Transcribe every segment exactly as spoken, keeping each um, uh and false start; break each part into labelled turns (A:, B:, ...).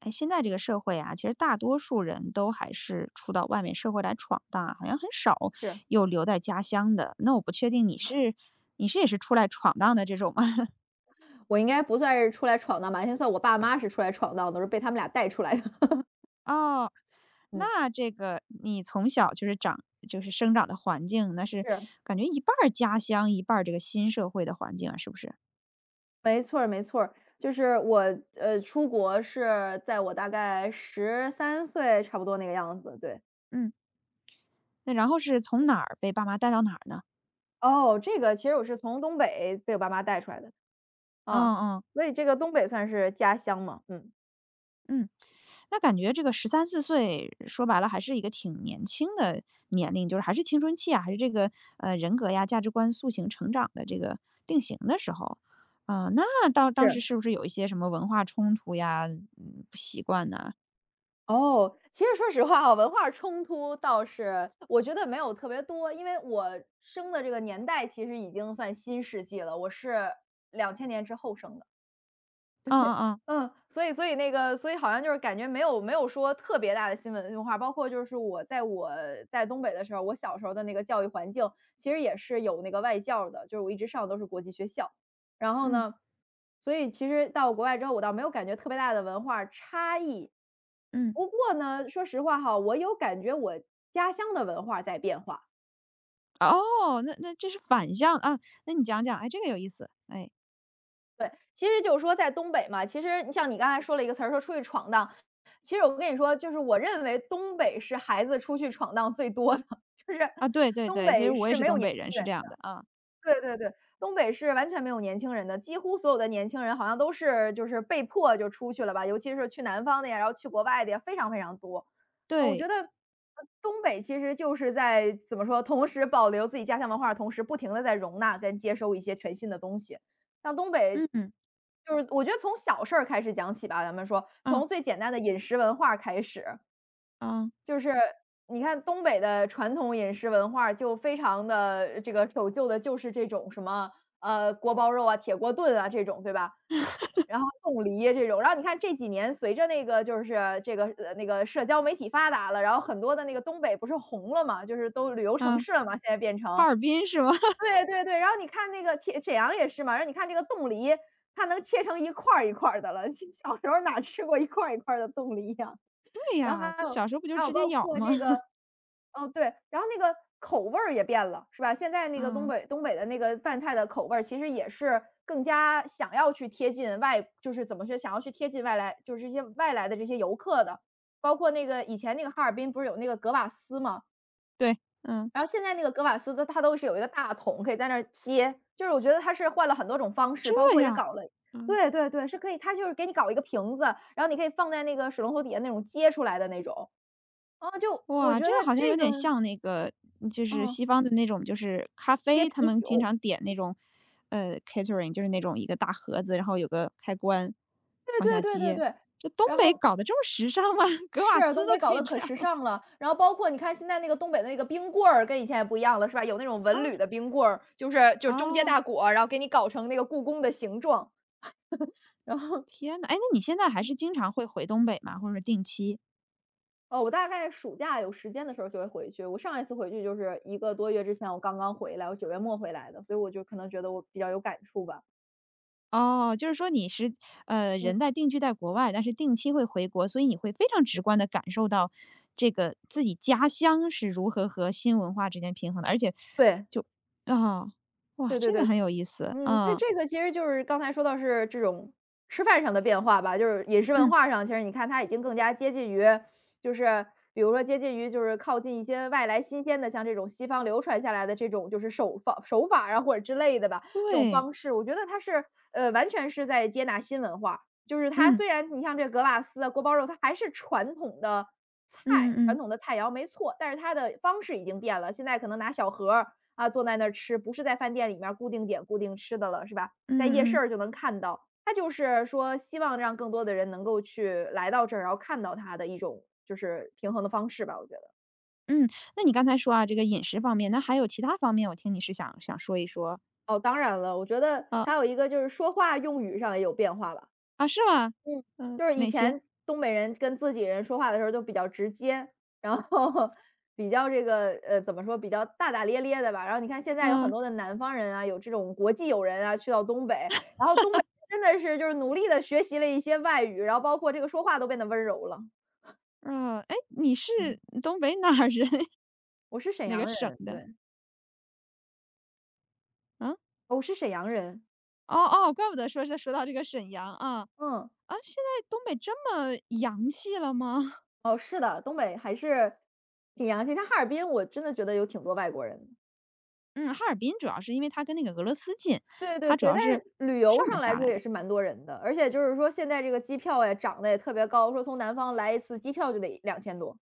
A: 哎，现在这个社会啊，其实大多数人都还是出到外面社会来闯荡啊好像很少
B: 是，
A: 有留在家乡的。那我不确定你是你是也是出来闯荡的这种吗？
B: 我应该不算是出来闯荡吧，应该算我爸妈是出来闯荡的，是被他们俩带出来的。
A: 哦，
B: 嗯。
A: 那这个你从小就是长就是生长的环境，那是
B: 是，
A: 感觉一半儿家乡，一半儿这个新社会的环境啊，是不是？
B: 没错儿没错儿。就是我，呃，出国是在我大概十三岁差不多那个样子，对。
A: 嗯，那然后是从哪儿被爸妈带到哪儿呢？
B: 哦，这个其实我是从东北被我爸妈带出来的，
A: 嗯
B: 啊，
A: 嗯
B: 所以这个东北算是家乡嘛，嗯。
A: 嗯。那感觉这个十三四岁，说白了还是一个挺年轻的年龄，就是还是青春期啊，还是这个，呃，人格呀、价值观塑形成长的这个定型的时候。啊，那到当时
B: 是。
A: 是不是有一些什么文化冲突呀，嗯，不习惯呢？
B: 哦，其实说实话啊，文化冲突倒是我觉得没有特别多，因为我生的这个年代其实已经算新世纪了，我是两千年之后生的。
A: 嗯嗯
B: 嗯，所以所以那个所以好像就是感觉没有没有说特别大的新闻文化，包括就是我在我在东北的时候，我小时候的那个教育环境其实也是有那个外教的，就是我一直上的都是国际学校。然后
A: 嗯，
B: 呢，所以其实到国外之后，我倒没有感觉特别大的文化差异。
A: 嗯，嗯。
B: 不过呢，说实话哈，我有感觉我家乡的文化在变化。
A: 哦，那那这是反向啊，那你讲讲，哎，这个有意思，哎。
B: 对，其实就是说在东北嘛，其实你像你刚才说了一个词儿，说出去闯荡。其实我跟你说，就是我认为东北是孩子出去闯荡最多的，就是
A: 啊，对对
B: 东
A: 对，其实
B: 北
A: 我也
B: 是
A: 是
B: 没有
A: 东
B: 年
A: 北人，
B: 轻
A: 是这
B: 人
A: 样的，啊，
B: 对对对，东北是完全没有年轻人的，几乎所有的年轻人好像都是就是被迫就出去了吧，尤其是去南方的呀，然后去国外的呀，非常非常多。呃，我觉
A: 对，
B: 得，呃东北其实就是在怎么说，同时保留自己家乡文化的同时，不停的在容纳跟接收一些全新的东西。像东北
A: 嗯嗯，
B: 就是我觉得从小事儿开始讲起吧，咱们说
A: 啊，
B: 从最简单的饮食文化开始。
A: 啊，
B: 就是你看东北的传统饮食文化就非常的这个守旧的，就是这种什么呃锅包肉啊、铁锅炖啊这种，对吧？然后冻梨这种，然后你看这几年随着那个就是这个呃那个社交媒体发达了，然后很多的那个东北不是红了嘛，就是都旅游城
A: 啊，
B: 市了嘛，现在变
A: 哈
B: 成
A: 尔滨是吗？
B: 对对对，然后你看那个铁沈阳也是嘛，然后你看这个冻梨，它能切成一块儿一块儿的了，小时候哪吃过一块儿一块儿的冻梨呀、
A: 对
B: 然后
A: 呀，
B: 还
A: 这
B: 有
A: 小时候不就
B: 还有
A: 直接
B: 包
A: 咬
B: 括
A: 吗？
B: 这个哦，对，然后那个口味儿也变了，是吧？现在那个东
A: 嗯，
B: 北东北的那个饭菜的口味儿，其实也是更加想要去贴近外就是怎么说，想要去贴近外来就是这些外来的这些游客的。包括那个以前那个哈尔滨不是有那个格瓦斯吗？
A: 对，嗯，
B: 然后现在那个格瓦斯它它都是有一个大桶可以在那儿接，就是我觉得它是换了很多种方式，
A: 这
B: 包括也
A: 样，
B: 搞了
A: 嗯，
B: 对对对，是可以它就是给你搞一个瓶子，然后你可以放在那个水龙头底下那种接出来的那种。啊，就我
A: 哇，
B: 觉
A: 这个
B: 得
A: 好像
B: 这
A: 有
B: 个
A: 点像那个，嗯就是
B: 嗯。
A: 西方的那种，就是咖
B: 接
A: 啡，他
B: 啤
A: 们经
B: 酒，
A: 常点那种，呃，catering，就是那种一个大盒子，然后有个开关
B: 对
A: 往
B: 对
A: 下
B: 对对
A: 接。
B: 对，
A: 这东
B: 然
A: 北
B: 后
A: 搞得这么时尚吗？格
B: 是
A: 瓦
B: 啊，东
A: 斯都
B: 北
A: 可
B: 搞
A: 以
B: 得可
A: 这样
B: 时尚了，然后包括你看现在那个东北的那个冰棍儿跟以前也不一样了，是吧？有那种文旅的 冰棍儿，就是就是
A: 啊？
B: 中间
A: 哦，
B: 大果儿，然后给你搞成那个故宫的形状，然后
A: 天呐，哎，那你现在还是经常会回东北吗？或者说定期？
B: 哦，我大概暑假有时间的时候就会回去。我上一次回去就是一个多月之前，我刚刚回来，我九月末回来的，所以我就可能觉得我比较有感触吧。
A: 哦，就是说你是呃，
B: 嗯。
A: 人在定居在国外，但是定期会回国，所以你会非常直观的感受到这个自己家乡是如何和新文化之间平衡的。而且
B: 对。
A: 啊，哇，
B: 对对
A: 这
B: 对，
A: 个很有意思，
B: 嗯，所以
A: 啊，
B: 这个其实就是刚才说到是这种吃饭上的变化吧，就是饮食文
A: 嗯，
B: 化上，其实你看它已经更加接近于，就是比如说接近于就是靠近一些外来新鲜的，像这种西方流传下来的这种就是手法手法啊或者之类的吧，这种
A: 对，
B: 方式，我觉得它是呃完全是在接纳新文化，就是它
A: 嗯，
B: 虽然你像这格瓦斯啊、锅包肉，它还是传统的。菜
A: 嗯
B: 传
A: 嗯
B: 统的菜肴没错，但是它的方式已经变了。现在可能拿小盒儿，啊，坐在那儿吃，不是在饭店里面儿固定点固定吃的了，是吧？在夜市
A: 嗯嗯
B: 儿就能看到。它就是说希望让更多的人能够去来到这儿，然后看到它的一种就是平衡的方式吧，我觉得。
A: 嗯，那你刚才说啊，这个饮食方面，那还有其他方面我听你是想想说一说，
B: 哦，当然了，我觉得
A: 啊，
B: 还有一个就是说话用语上也有变化了。
A: 啊，是吗？
B: 嗯，
A: 嗯，
B: 就是以
A: 哪些？
B: 前东北人跟自己人说话的时候就比较直接，然后 比较这个呃，怎么说，比较大大咧咧的吧。然后你看现在有很
A: 啊
B: 多的南方人啊，有这种国际友人啊，去到东北，然后东北真的是就是努力的学习了一些外语，然后包括这个说话都变得温柔了。
A: 啊？哎，你是
B: 嗯，
A: 东北哪儿人？
B: 我是沈
A: 哪个
B: 阳
A: 省
B: 人，
A: 的？
B: 对，
A: 啊？
B: 哦我是沈阳人，
A: 哦哦，怪不得说是说到这个沈阳啊，
B: 嗯，
A: 啊，现在东北这么洋气了吗？
B: 哦，是的，东北还是挺洋气。像哈尔滨，我真的觉得有挺多外国人的。
A: 嗯，哈尔滨主要是因为它跟那个俄罗斯近，
B: 对对
A: 它主
B: 对，
A: 要
B: 但
A: 是
B: 是旅游
A: 上面儿
B: 上来
A: 下来
B: 说也
A: 的，
B: 是蛮多人的，而且就是说现在这个机票呀，涨得也特别高，说从南方来一次机票就得两千多。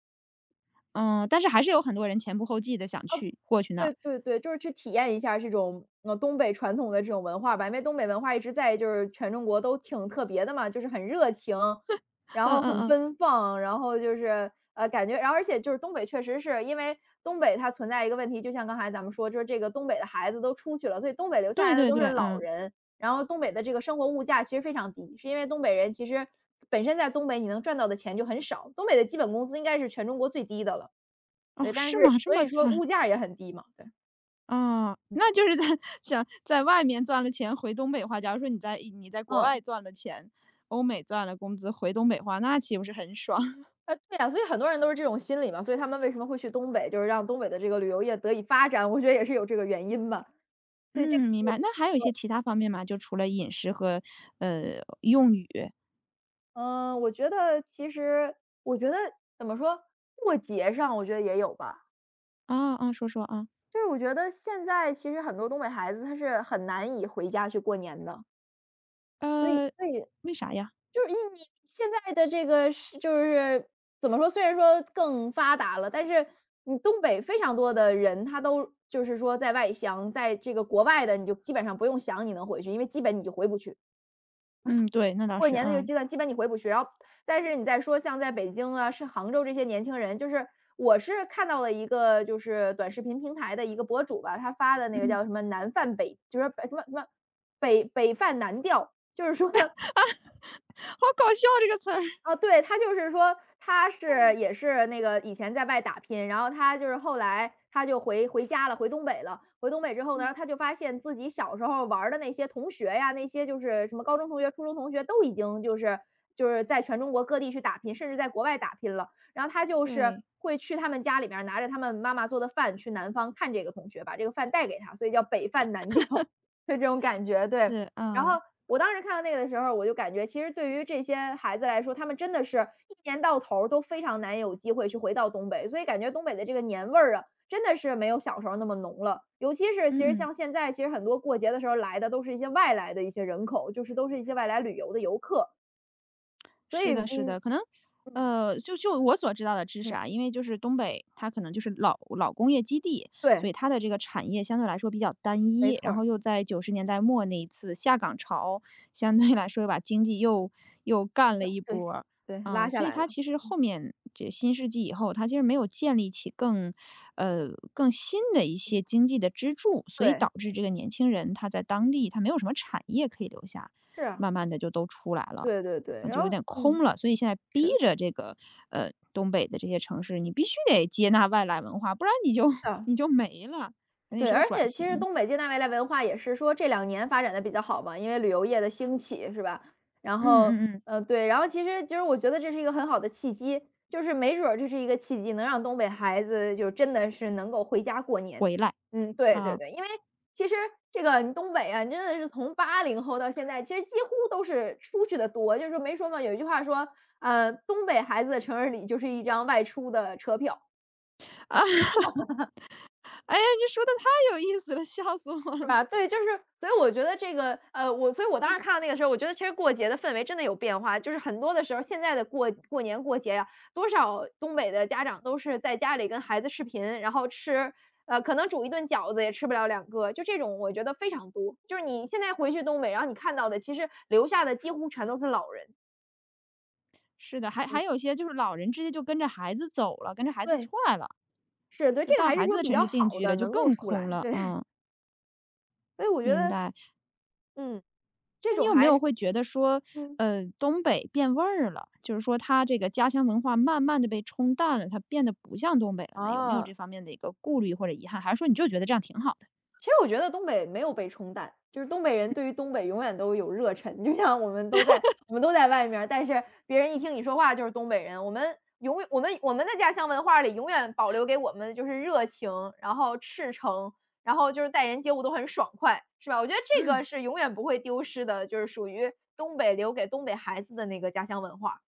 A: 嗯，但是还是有很多人前仆后继的想去过去那儿，
B: 对对对，就是去体验一下这种，呃，东北传统的这种文化吧，因为东北文化一直在就是全中国都挺特别的嘛，就是很热情，然
A: 嗯
B: 后
A: 嗯
B: 很
A: 嗯，
B: 奔放，然后就是，呃，感觉然后而且就是东北确实是因为东北它存在一个问题，就像刚才咱们说，就是这个东北的孩子都出去了，所以东北留下
A: 对
B: 来的
A: 对
B: 都是
A: 对，
B: 老
A: 嗯，
B: 人，然后东北的这个生活物价其实非常低，是因为东北人其实本身在东北你能赚到的钱就很少，东北的基本工资应该是全中国最低的了，
A: 哦，
B: 对，但
A: 是
B: 是
A: 吗？这
B: 所
A: 么
B: 以说
A: 惨，
B: 物价也很低嘛，对。
A: 啊，那就是在 想在外面赚了钱回东北的话，假如说你在你在国外
B: 嗯，
A: 赚了钱，欧美赚了工资回东北话，那岂不是很爽？
B: 啊，对呀，所以很多人都是这种心理嘛，所以他们为什么会去东北，就是让东北的这个旅游业得以发展，我觉得也是有这个原因吧。所以这个
A: 嗯，明白。
B: 是
A: 那还有一些其他方面吗？就除了饮食和呃用语
B: 嗯，我觉得其实我觉得怎么说，过节上我觉得也有吧。
A: 啊啊，说说啊，
B: 就是我觉得现在其实很多东北孩子他是很难以回家去过年的，所以
A: 呃，
B: 所以
A: 为啥呀？
B: 就是你，你现在的这个是就是怎么说，虽然说更发达了，但是你东北非常多的人，他都就是说在外乡，在这个国外的，你就基本上不用想你能回去，因为基本你就回不去。
A: 嗯，对，那倒
B: 过
A: 是，
B: 年的这个
A: 嗯
B: 阶段，基本你回不去。然后，但是你再说像在北京啊，是杭州这些年轻人，就是我是看到了一个就是短视频平台的一个博主吧，他发的那个
A: 嗯，
B: 叫什么“南泛北”，就是北什么什么北北泛南调，就是说
A: 好搞笑这个词儿，
B: 哦，对，他就是说他是也是那个以前在外打拼，然后他就是后来他就回回家了，回东北了。回东北之后呢，
A: 嗯，
B: 然后他就发现自己小时候玩儿的那些同学呀，那些就是什么高中同学、初中同学都已经就是就是在全中国各地去打拼，甚至在国外打拼了。然后他就是
A: 对，
B: 会去他们家里面儿拿着他们妈妈做的饭去南方看这个同学，把这个饭带给他，所以叫北饭南调，就这种感觉。对，
A: 是，
B: 然
A: 嗯
B: 后我当时看到那个的时候，我就感觉其实对于这些孩子来说，他们真的是一年到头儿都非常难有机会去回到东北，所以感觉东北的这个年味儿啊，真的是没有小时候那么浓了。尤其是其实
A: 嗯。
B: 像现在，其实很多过节的时候来的都是一些外来的一些人口，就是都是一些外来旅游的游客，所以
A: 是的，是
B: 嗯
A: 的，可能，
B: 嗯
A: 呃，就就我所知道的知识
B: 嗯，
A: 啊，因为就是东北，它可能就是老老工业基地，所
B: 对，
A: 以它的这个产业相对来说比较单
B: 没
A: 一，
B: 错
A: 然
B: 儿，
A: 后又在九十年代末那一次下岗潮，相对来说又把经济又又干了一
B: 对
A: 波儿，
B: 对，拉
A: 嗯，
B: 下
A: 所以
B: 来
A: 它
B: 了，
A: 其实后面这新世纪以后，它其实没有建立起更，呃，更新的一些经济的支柱，所以
B: 对，
A: 导致这个年轻人他在当地他没有什么产业可以留下，
B: 是啊，
A: 慢慢的就都出来了。
B: 对对对，
A: 啊，
B: 然
A: 就有
B: 后
A: 点
B: 嗯，
A: 空了。所以现在逼
B: 是，是
A: 着这个，呃，东北的这些城市，你必须得接纳外来文化，不然你就
B: 的。
A: 你就没了，可能也
B: 对，
A: 是个
B: 而
A: 转
B: 且其实
A: 型。
B: 东北接待未来文化也是说这两年发展的比较好嘛，因为旅游业的兴起是吧？然
A: 嗯
B: 后，
A: 嗯嗯，
B: 呃，对，然后其实就是我觉得这是一个很好的契机，就是没准儿这是一个契机，能让东北孩子就真的是能够回家过年。
A: 回来，
B: 嗯，对对
A: 啊，
B: 对，因为其实这个你东北啊，真的是从八零后到现在，其实几乎都是出去的多，就是说没说嘛，有一句话说，呃，东北孩子的成人礼就是一张外出的车票。
A: 啊，哎呀，你说的太有意思了，笑死我
B: 是
A: 了。
B: 吧？对，就是所以我觉得这个，呃，我所以我当时看到那个时候，我觉得其实过节的氛围真的有变化，就是很多的时候，现在的过过年过节呀、多少东北的家长都是在家里跟孩子视频，然后吃，呃，可能煮一顿饺子也吃不了两个，就这种我觉得非常多。就是你现在回去东北，然后你看到的，其实留下的几乎全都是老人。
A: 是的，还还有一些就是老人直接就跟着孩子走了，跟着孩子
B: 对，
A: 出来了，
B: 是对，
A: 就
B: 这个
A: 到
B: 还是
A: 孩子
B: 说
A: 的
B: 比
A: 城
B: 较
A: 市定
B: 好
A: 居
B: 的，
A: 了，就
B: 能够
A: 更
B: 出来，
A: 空了，
B: 对，
A: 嗯，
B: 所以我觉
A: 明
B: 得，
A: 白。
B: 嗯，这
A: 那你
B: 种
A: 有没
B: 还是，
A: 有会觉得说，
B: 嗯，
A: 呃，东北变味儿了，就是说它这个家乡文化慢慢的被冲淡了，它变得不像东北了呢？有没有这
B: 啊。
A: 方面的一个顾虑或者遗憾，还是说你就觉得这样挺好的？
B: 其实我觉得东北没有被冲淡，就是东北人对于东北永远都有热忱，就像我们都在我们都在外面儿，但是别人一听你说话就是东北人，我们永远我们我们的家乡文化里永远保留给我们的就是热情，然后赤诚，然后就是待人接物都很爽快，是吧？我觉得这个
A: 嗯。
B: 是永远不会丢失的，就是属于东北留给东北孩子的那个家乡文化。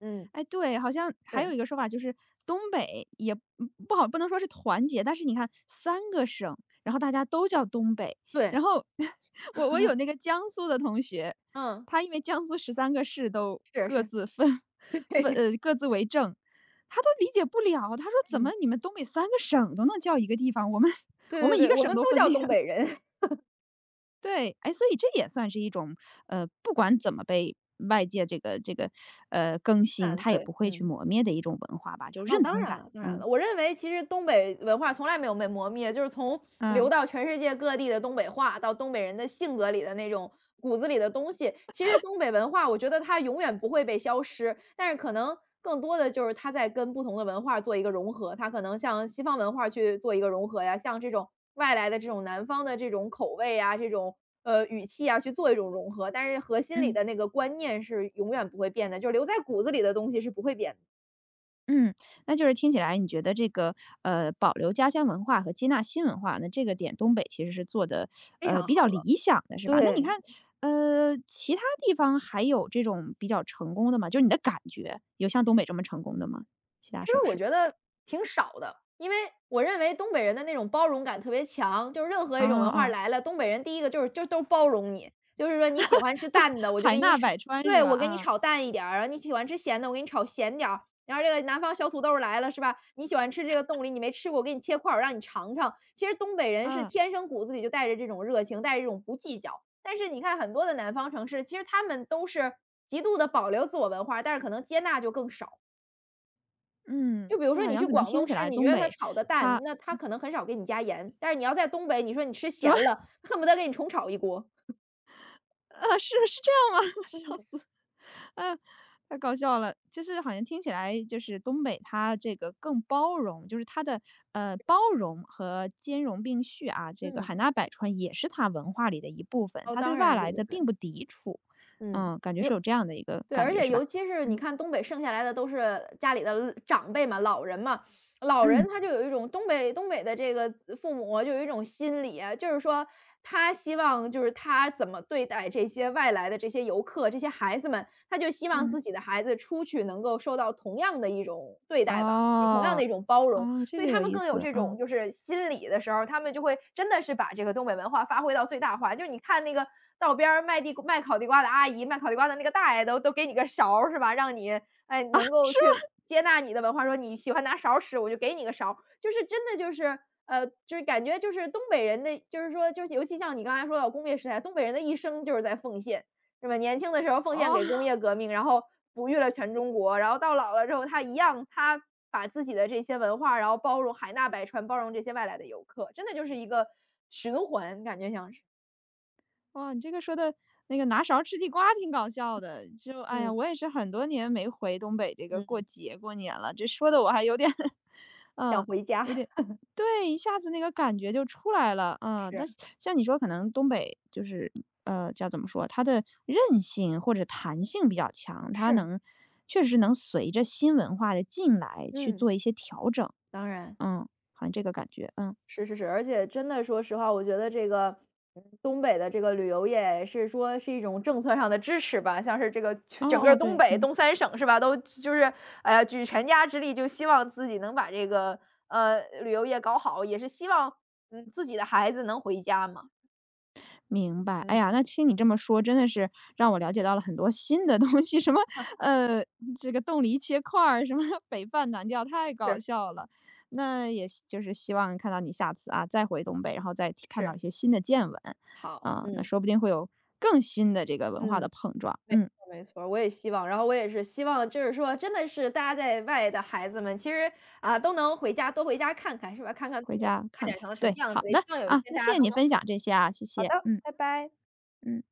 B: 嗯，
A: 哎，对，好像还
B: 对
A: 有一个说法就是东北也嗯不好，不能说是团结，但是你看三个省，然后大家都叫东北，
B: 对，
A: 然后 我我有那个江苏的同学，
B: 嗯，
A: 他因为江苏十三个市都
B: 是
A: 各
B: 是，
A: 自分 分
B: 对，
A: 呃各自为政，他都理解不了，他说怎么
B: 嗯，
A: 你们东北三个省都能叫一个地方，我们
B: 对
A: 我
B: 对
A: 们一
B: 对，
A: 个
B: 我
A: 省
B: 们都
A: 都分
B: 叫
A: 裂
B: 东
A: 了。
B: 北人，
A: 对，哎，所以这也算是一种，呃，不管怎么被外界这个这个，呃，更
B: 自
A: 新，
B: 然
A: 它也
B: 对，
A: 不会去
B: 嗯。
A: 磨灭的一种文化吧，就是
B: 哦，
A: 认
B: 当
A: 同
B: 然
A: 感。
B: 了，当然
A: 嗯，
B: 了。我认为其实东北文化从来没有被磨灭，就是从流
A: 嗯
B: 到全世界各地的东北话，到东北人的性格里的那种骨子里的东西。其实东北文化，我觉得它永远不会被消失，但是可能更多的就是它在跟不同的文化做一个融合，它可能像西方文化去做一个融合呀，像这种外来的这种南方的这种口味呀，这种呃语气啊去做一种融合，但是核心里
A: 嗯，
B: 的那个观念是永远不会变的，就是留在骨子里的东西是不会变的，
A: 嗯，那就是听起来你觉得这个，呃，保留家乡文化和接纳新文化，那这个点东北其实是做的，
B: 非
A: 呃，
B: 常
A: 比
B: 好。
A: 较理想的是吧？那你
B: 对。
A: 看，呃，其他地方还有这种比较成功的吗？就是你的感觉，有像东北这么成功的吗？其
B: 其
A: 他省
B: 实我
A: 市？
B: 觉得挺少的，因为我认为东北人的那种包容感特别强，就是任何
A: 啊
B: 一种文化
A: 啊，
B: 来了，东北人第一个就是就都包容你，就是说你喜欢吃
A: 都
B: 淡的，我就
A: 海
B: 给你
A: 纳
B: 炒
A: 百川是
B: 对，
A: 吧？
B: 我给你
A: 啊，
B: 炒淡一点儿，然后你喜欢吃咸的，我给你炒咸点儿。然后这个南方小土豆来了是吧？你喜欢吃这个冻梨，你没吃过，我给你切块儿，我让你尝尝。其实东北人是
A: 啊。
B: 天生骨子里就带着这种热情，带着这种不计较。但是你看很多的南方城市，其实他们都是极度的保留自我文化，但是可能接纳就更少。
A: 嗯，
B: 就比如
A: 对，
B: 说
A: 好
B: 你去
A: 像可能
B: 广
A: 听
B: 东
A: 起
B: 吃，
A: 来
B: 你觉
A: 东
B: 得它
A: 北
B: 炒的淡，
A: 它
B: 那它可能很少给你加盐，但是你要在东北，你说你吃
A: 什么
B: 咸了，恨不得给你重炒一锅。
A: 啊，是是这样吗？笑
B: 嗯
A: 死，啊，太搞笑了。就是好像听起来就是东北它这个更包容，就是它的呃包容和兼容并蓄啊，这个海
B: 嗯，
A: 纳百川也是它文化里的一部分，
B: 哦，
A: 它
B: 当
A: 对外
B: 然，对
A: 来
B: 对
A: 的
B: 对，
A: 并不抵触。
B: 嗯，
A: 嗯，感觉是
B: 有
A: 有这样的一个
B: 对，
A: 感
B: 而
A: 觉
B: 且
A: 是吧？
B: 尤其是你
A: 嗯
B: 看东北剩下来的都是家里的呃长辈嘛，老人嘛，老人
A: 嗯
B: 他就有一种东北东北的这个呃父母就有一种心理啊就是说他希望就是他怎么对待这些外来的这些游客，这些孩子们，他就希望
A: 嗯，
B: 自己的孩子出去能够受到同样的一种对待吧，就同样
A: 哦
B: 的一种包容。
A: 哦，这
B: 所以
A: 个
B: 他
A: 有
B: 们
A: 意
B: 更有
A: 思，
B: 这种
A: 嗯
B: 就是心理的时候，他们就会真的是把这个东北文化发挥到最大化。就是你看那个道边儿卖地卖烤地瓜的阿姨，卖烤地瓜的那个大爷都都给你个勺儿是吧？让你，哎，
A: 啊，
B: 能够
A: 是
B: 去
A: 吗？
B: 接纳你的文化，说你喜欢拿勺儿吃，我就给你个勺儿。就是真的就是，呃，就是感觉就是东北人的就是说就是尤其像你刚才说到工业时代，东北人的一生就是在奉献。是吧？年轻的时候奉献给工
A: 哦。
B: 业革命，然后哺育了全中国，然后到老了之后，他一样，他把自己的这些文化，然后包容、海纳百川，包容这些外来的游客，真的就是一个循环，感觉像是。
A: 哇，你这个说的那个拿勺吃地瓜挺搞笑的，就哎呀，
B: 嗯，
A: 我也是很多年没回东北这个过
B: 嗯。
A: 节过年了，这说的我还有点，
B: 想
A: 嗯，
B: 回
A: 有
B: 家，
A: 点，对，一下子那个感觉就出来了，嗯，
B: 是，
A: 但是像你说，可能东北就是呃，叫怎么说，它的韧性或者弹性比较强，它
B: 是，
A: 能确实能随着新文化的进来去
B: 嗯，
A: 做一些调整，
B: 当然。
A: 嗯，好像这个感觉，嗯，
B: 是是是，而且真的说实话，我觉得这个嗯东北的这个旅游业是说是一种政策上的支持吧，像是这个全整
A: 哦
B: 个
A: 哦，
B: 东
A: 对，
B: 北
A: 嗯。
B: 东三省是吧，都就是哎呀举全家之力，就希望自己能把这个呃旅游业搞好，也是希望嗯自己的孩子能回家嘛，
A: 明白，哎
B: 嗯，
A: 呀，那听你这么说，真的是让我了解到了很多新的东西，什么，呃，这个冻梨切块儿，什么北半南调，太搞
B: 是
A: 笑了。那也希就是希望看到你下次啊，再回东北，然后再提看到
B: 是
A: 一些新的见闻，
B: 好，
A: 啊，那
B: 嗯
A: 说不定会有更新的这个文化的
B: 嗯。
A: 碰撞。
B: 没
A: 嗯，
B: 错没错，我也希望，然后我也是希望，就是说，真的是大家在外的孩子们，其实啊都能回家，多回家看看，是吧？看看自
A: 回
B: 己
A: 家
B: 发展成了什么
A: 对，
B: 样
A: 好
B: 子，也希
A: 的，
B: 望有一
A: 啊，
B: 天
A: 那
B: 大
A: 谢
B: 家
A: 谢
B: 都
A: 你
B: 能
A: 分
B: 回。
A: 享这些啊，谢
B: 好
A: 谢，
B: 的，
A: 嗯
B: 拜拜。
A: 嗯。